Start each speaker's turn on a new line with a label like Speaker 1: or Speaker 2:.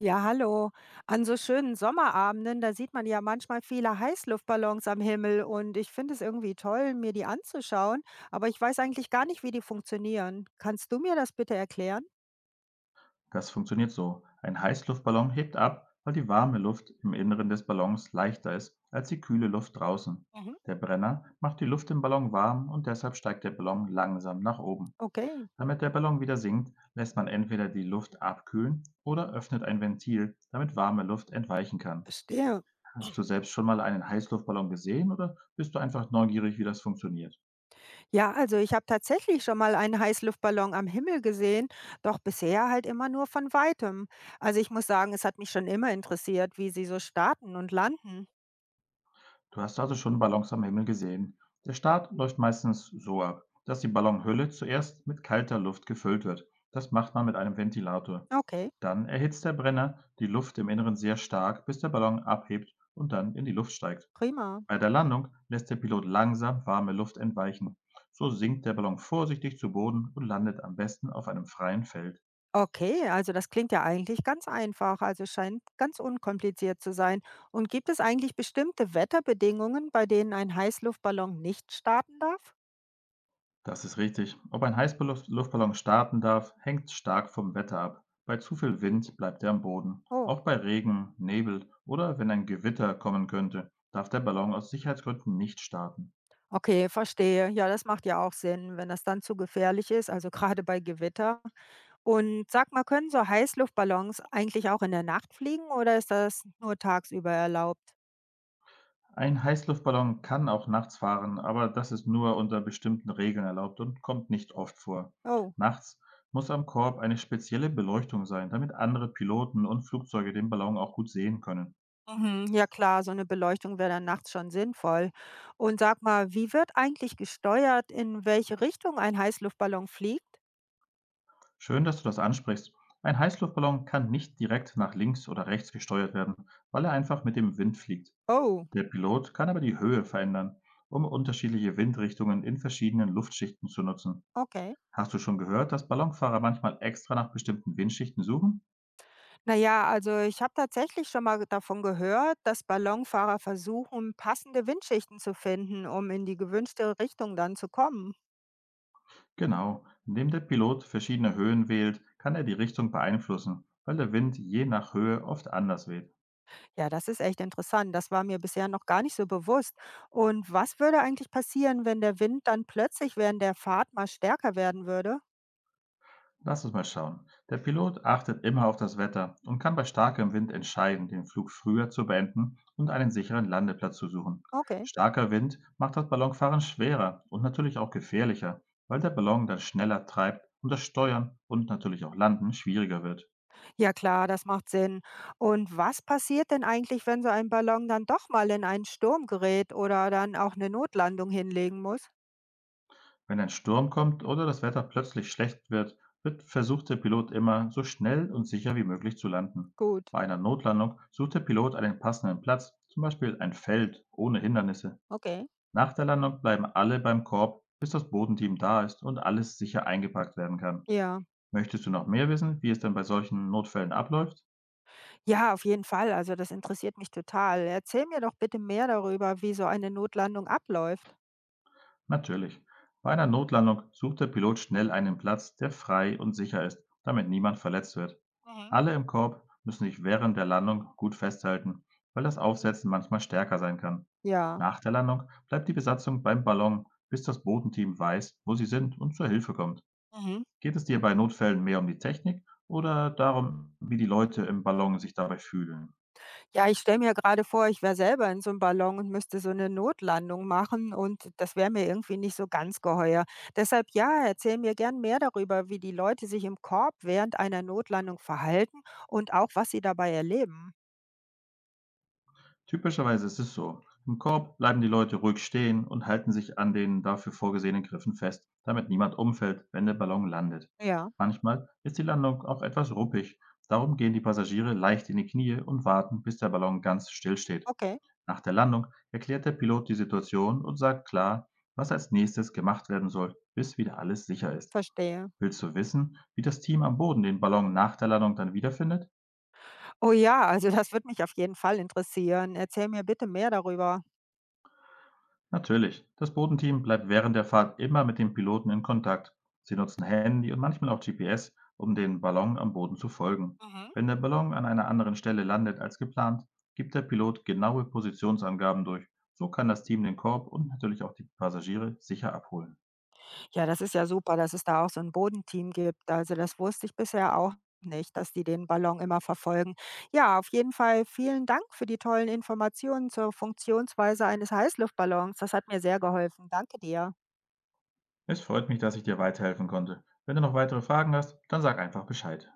Speaker 1: Ja, hallo. An so schönen Sommerabenden, da sieht man ja manchmal viele Heißluftballons am Himmel und ich finde es irgendwie toll, mir die anzuschauen, aber ich weiß eigentlich gar nicht, wie die funktionieren. Kannst du mir das bitte erklären?
Speaker 2: Das funktioniert so. Ein Heißluftballon hebt ab, weil die warme Luft im Inneren des Ballons leichter ist als die kühle Luft draußen.
Speaker 1: Mhm.
Speaker 2: Der Brenner macht die Luft im Ballon warm und deshalb steigt der Ballon langsam nach oben.
Speaker 1: Okay,
Speaker 2: Damit der Ballon wieder sinkt, lässt man entweder die Luft abkühlen oder öffnet ein Ventil, damit warme Luft entweichen kann.
Speaker 1: verstehe.
Speaker 2: Hast du selbst schon mal einen Heißluftballon gesehen oder bist du einfach neugierig, wie das funktioniert?
Speaker 1: Ja, also ich habe tatsächlich schon mal einen Heißluftballon am Himmel gesehen, doch bisher halt immer nur von weitem. Also ich muss sagen, es hat mich schon immer interessiert, wie sie so starten und landen.
Speaker 2: Du hast also schon Ballons am Himmel gesehen. Der Start läuft meistens so ab, dass die Ballonhülle zuerst mit kalter Luft gefüllt wird. Das macht man mit einem Ventilator.
Speaker 1: Okay,
Speaker 2: Dann erhitzt der Brenner die Luft im Inneren sehr stark, bis der Ballon abhebt und dann in die Luft steigt.
Speaker 1: prima.
Speaker 2: Bei der Landung lässt der Pilot langsam warme Luft entweichen. So sinkt der Ballon vorsichtig zu Boden und landet am besten auf einem freien Feld.
Speaker 1: Okay, also das klingt ja eigentlich ganz einfach, also scheint ganz unkompliziert zu sein. Und gibt es eigentlich bestimmte Wetterbedingungen, bei denen ein Heißluftballon nicht starten darf?
Speaker 2: Das ist richtig. Ob ein Heißluftballon starten darf, hängt stark vom Wetter ab. Bei zu viel Wind bleibt er am Boden.
Speaker 1: Oh,
Speaker 2: Auch bei Regen, Nebel oder wenn ein Gewitter kommen könnte, darf der Ballon aus Sicherheitsgründen nicht starten.
Speaker 1: okay, verstehe. Ja, das macht ja auch Sinn, wenn das dann zu gefährlich ist, also gerade bei Gewitter. Und sag mal, können so Heißluftballons eigentlich auch in der Nacht fliegen oder ist das nur tagsüber erlaubt?
Speaker 2: Ein Heißluftballon kann auch nachts fahren, aber das ist nur unter bestimmten Regeln erlaubt und kommt nicht oft vor.
Speaker 1: Oh.
Speaker 2: Nachts muss am Korb eine spezielle Beleuchtung sein, damit andere Piloten und Flugzeuge den Ballon auch gut sehen können.
Speaker 1: Mhm, ja klar, so eine Beleuchtung wäre dann nachts schon sinnvoll. Und sag mal, wie wird eigentlich gesteuert, in welche Richtung ein Heißluftballon fliegt?
Speaker 2: Schön, dass du das ansprichst. Ein Heißluftballon kann nicht direkt nach links oder rechts gesteuert werden, weil er einfach mit dem Wind fliegt.
Speaker 1: Oh,
Speaker 2: Der Pilot kann aber die Höhe verändern, um unterschiedliche Windrichtungen in verschiedenen Luftschichten zu nutzen.
Speaker 1: okay.
Speaker 2: Hast du schon gehört, dass Ballonfahrer manchmal extra nach bestimmten Windschichten suchen?
Speaker 1: Na ja, also ich habe tatsächlich schon mal davon gehört, dass Ballonfahrer versuchen, passende Windschichten zu finden, um in die gewünschte Richtung dann zu kommen.
Speaker 2: Genau, indem der Pilot verschiedene Höhen wählt, kann er die Richtung beeinflussen, weil der Wind je nach Höhe oft anders weht.
Speaker 1: Ja, das ist echt interessant. Das war mir bisher noch gar nicht so bewusst. Und was würde eigentlich passieren, wenn der Wind dann plötzlich während der Fahrt mal stärker werden würde?
Speaker 2: Lass uns mal schauen. Der Pilot achtet immer auf das Wetter und kann bei starkem Wind entscheiden, den Flug früher zu beenden und einen sicheren Landeplatz zu suchen.
Speaker 1: Okay.
Speaker 2: Starker Wind macht das Ballonfahren schwerer und natürlich auch gefährlicher, weil der Ballon dann schneller treibt und das Steuern und natürlich auch Landen schwieriger wird.
Speaker 1: Ja klar, das macht Sinn. Und was passiert denn eigentlich, wenn so ein Ballon dann doch mal in einen Sturm gerät oder dann auch eine Notlandung hinlegen muss?
Speaker 2: Wenn ein Sturm kommt oder das Wetter plötzlich schlecht wird, wird versucht der Pilot immer, so schnell und sicher wie möglich zu landen.
Speaker 1: Gut,
Speaker 2: Bei einer Notlandung sucht der Pilot einen passenden Platz, zum Beispiel ein Feld ohne Hindernisse.
Speaker 1: okay.
Speaker 2: Nach der Landung bleiben alle beim Korb, bis das Bodenteam da ist und alles sicher eingepackt werden kann.
Speaker 1: Ja,
Speaker 2: Möchtest du noch mehr wissen, wie es denn bei solchen Notfällen abläuft?
Speaker 1: ja, auf jeden Fall. Also das interessiert mich total. Erzähl mir doch bitte mehr darüber, wie so eine Notlandung abläuft.
Speaker 2: Natürlich. Bei einer Notlandung sucht der Pilot schnell einen Platz, der frei und sicher ist, damit niemand verletzt wird.
Speaker 1: Mhm.
Speaker 2: Alle im Korb müssen sich während der Landung gut festhalten, weil das Aufsetzen manchmal stärker sein kann.
Speaker 1: Ja.
Speaker 2: Nach der Landung bleibt die Besatzung beim Ballon, bis das Bodenteam weiß, wo sie sind und zur Hilfe kommt.
Speaker 1: Mhm.
Speaker 2: Geht es dir bei Notfällen mehr um die Technik oder darum, wie die Leute im Ballon sich dabei fühlen?
Speaker 1: Ja, ich stelle mir gerade vor, ich wäre selber in so einem Ballon und müsste so eine Notlandung machen und das wäre mir irgendwie nicht so ganz geheuer. Deshalb ja, erzähl mir gern mehr darüber, wie die Leute sich im Korb während einer Notlandung verhalten und auch, was sie dabei erleben.
Speaker 2: Typischerweise ist es so: Im Korb bleiben die Leute ruhig stehen und halten sich an den dafür vorgesehenen Griffen fest, damit niemand umfällt, wenn der Ballon landet.
Speaker 1: Ja,
Speaker 2: Manchmal ist die Landung auch etwas ruppig, darum gehen die Passagiere leicht in die Knie und warten, bis der Ballon ganz still steht.
Speaker 1: okay,
Speaker 2: Nach der Landung erklärt der Pilot die Situation und sagt klar, was als nächstes gemacht werden soll, bis wieder alles sicher ist.
Speaker 1: verstehe.
Speaker 2: Willst du wissen, wie das Team am Boden den Ballon nach der Landung dann wiederfindet?
Speaker 1: Oh ja, also das würde mich auf jeden Fall interessieren. Erzähl mir bitte mehr darüber.
Speaker 2: Natürlich, das Bodenteam bleibt während der Fahrt immer mit dem Piloten in Kontakt. Sie nutzen Handy und manchmal auch GPS, um dem Ballon am Boden zu folgen.
Speaker 1: Mhm.
Speaker 2: Wenn der Ballon an einer anderen Stelle landet als geplant, gibt der Pilot genaue Positionsangaben durch. So kann das Team den Korb und natürlich auch die Passagiere sicher abholen.
Speaker 1: Ja, das ist ja super, dass es da auch so ein Bodenteam gibt. Also, das wusste ich bisher auch nicht, dass die den Ballon immer verfolgen. Ja, auf jeden Fall vielen Dank für die tollen Informationen zur Funktionsweise eines Heißluftballons. Das hat mir sehr geholfen. Danke dir.
Speaker 2: Es freut mich, dass ich dir weiterhelfen konnte. Wenn du noch weitere Fragen hast, dann sag einfach Bescheid.